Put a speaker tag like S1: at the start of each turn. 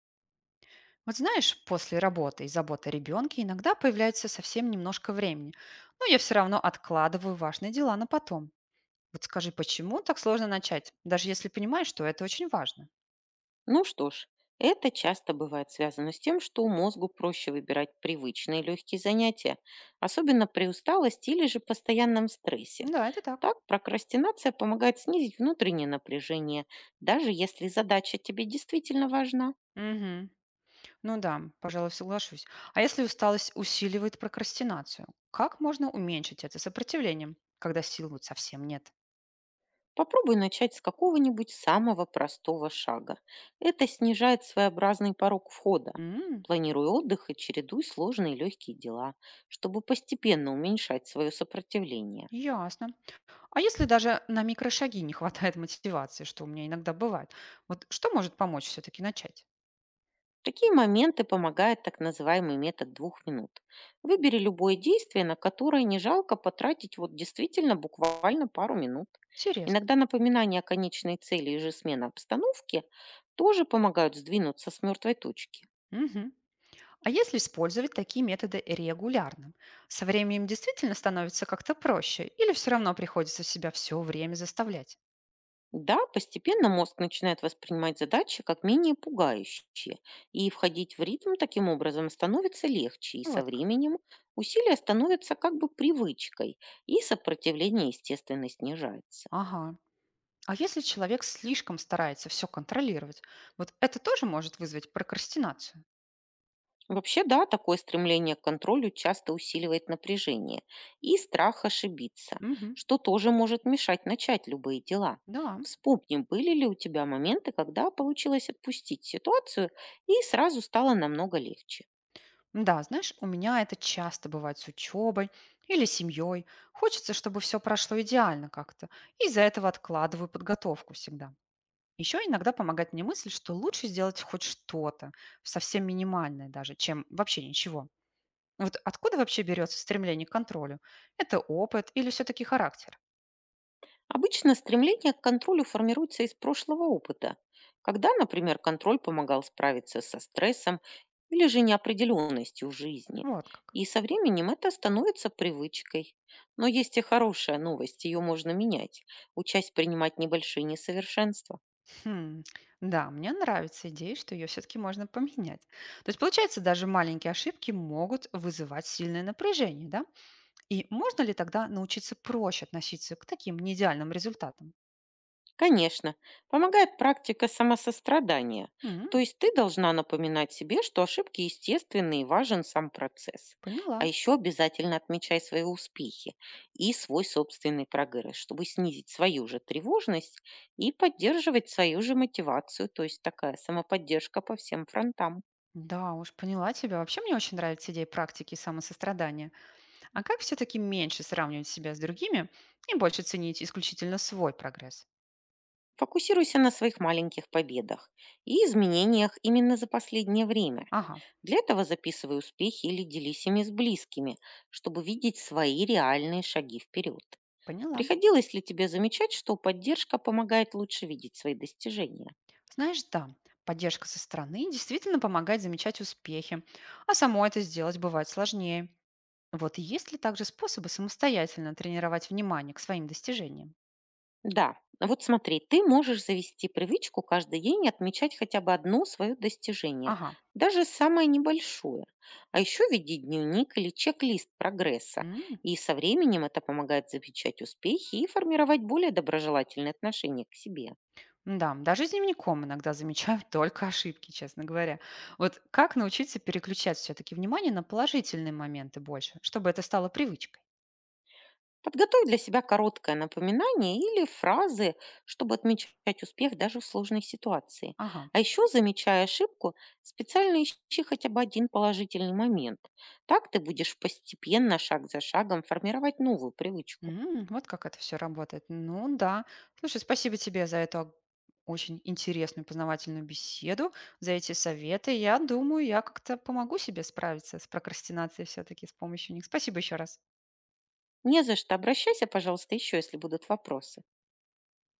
S1: Вот знаешь, после работы и заботы о ребенке иногда появляется совсем немножко времени, но я все равно откладываю важные дела на потом. Вот скажи, почему так сложно начать, даже если понимаешь, что это очень важно?
S2: Ну что ж, это часто бывает связано с тем, что мозгу проще выбирать привычные легкие занятия, особенно при усталости или же постоянном стрессе.
S1: Да, это так.
S2: Так прокрастинация помогает снизить внутреннее напряжение, даже если задача тебе действительно важна.
S1: Мгм. Ну да, пожалуй, соглашусь. А если усталость усиливает прокрастинацию, как можно уменьшить это сопротивлением, когда сил вот совсем нет?
S2: Попробуй начать с какого-нибудь самого простого шага. Это снижает своеобразный порог входа.
S1: М,
S2: Планируй отдых и чередуй сложные легкие дела, чтобы постепенно уменьшать свое сопротивление.
S1: ясно. А если даже на микрошаги не хватает мотивации, что у меня иногда бывает, вот что может помочь все-таки начать?
S2: В такие моменты помогает так называемый метод двух минут. Выбери любое действие, на которое не жалко потратить вот действительно буквально пару минут.
S1: Интересно.
S2: Иногда напоминание о конечной цели и же смена обстановки тоже помогают сдвинуться с мертвой точки.
S1: Мгм. А если использовать такие методы регулярно, со временем действительно становится как-то проще или все равно приходится себя все время заставлять?
S2: Да, постепенно мозг начинает воспринимать задачи как менее пугающие, и входить в ритм таким образом становится легче, и со
S1: Вот как.
S2: временем усилия становятся как бы привычкой, и сопротивление, естественно, снижается.
S1: Ага. А если человек слишком старается все контролировать, вот это тоже может вызвать прокрастинацию?
S2: Вообще, да, такое стремление к контролю часто усиливает напряжение и страх ошибиться,
S1: Мгм.
S2: что тоже может мешать начать любые дела.
S1: Да.
S2: Вспомни, были ли у тебя моменты, когда получилось отпустить ситуацию и сразу стало намного легче.
S1: Да, знаешь, у меня это часто бывает с учебой или семьей. Хочется, чтобы все прошло идеально как-то. И из-за этого откладываю подготовку всегда. Еще иногда помогает мне мысль, что лучше сделать хоть что-то, совсем минимальное даже, чем вообще ничего. Вот откуда вообще берется стремление к контролю? Это опыт или все-таки характер?
S2: Обычно стремление к контролю формируется из прошлого опыта, когда, например, контроль помогал справиться со стрессом или же неопределенностью в жизни.
S1: Вот как.
S2: И со временем это становится привычкой. Но есть и хорошая новость, ее можно менять, учась принимать небольшие несовершенства.
S1: Хм, да, мне нравится идея, что ее все-таки можно поменять. То есть, получается, даже маленькие ошибки могут вызывать сильное напряжение, да? И можно ли тогда научиться проще относиться к таким неидеальным результатам?
S2: Конечно, помогает практика самосострадания. То
S1: М,
S2: есть ты должна напоминать себе, что ошибки естественны и важен сам процесс. А
S1: поняла.
S2: еще обязательно отмечай свои успехи и свой собственный прогресс, чтобы снизить свою же тревожность и поддерживать свою же мотивацию. То есть такая самоподдержка по всем фронтам.
S1: Да уж, поняла тебя. Вообще мне очень нравится идея практики самосострадания. А как все-таки меньше сравнивать себя с другими и больше ценить исключительно свой прогресс?
S2: Фокусируйся на своих маленьких победах и изменениях именно за последнее время.
S1: Ага,
S2: Для этого записывай успехи или делись ими с близкими, чтобы видеть свои реальные шаги вперед.
S1: поняла.
S2: Приходилось ли тебе замечать, что поддержка помогает лучше видеть свои достижения?
S1: Знаешь, да, поддержка со стороны действительно помогает замечать успехи, а само это сделать бывает сложнее. Вот есть ли также способы самостоятельно тренировать внимание к своим достижениям?
S2: Да, а вот смотри, ты можешь завести привычку каждый день отмечать хотя бы одно свое достижение,
S1: Ага.
S2: даже самое небольшое. А еще веди дневник или чек-лист прогресса.
S1: М.
S2: И со временем это помогает замечать успехи и формировать более доброжелательные отношения к себе.
S1: Да, даже с дневником иногда замечаю только ошибки, честно говоря. Вот как научиться переключать все-таки внимание на положительные моменты больше, чтобы это стало привычкой?
S2: Подготовь для себя короткое напоминание или фразы, чтобы отмечать успех даже в сложной ситуации.
S1: Ага.
S2: А еще, замечая ошибку, специально ищи хотя бы один положительный момент. Так ты будешь постепенно, шаг за шагом, формировать новую привычку.
S1: М, вот как это все работает. Ну да. Слушай, спасибо тебе за эту ог очень интересную познавательную беседу, за эти советы. Я думаю, я как-то помогу себе справиться с прокрастинацией все таки с помощью них. Спасибо еще раз.
S2: Не за что. Обращайся, пожалуйста, еще, если будут вопросы.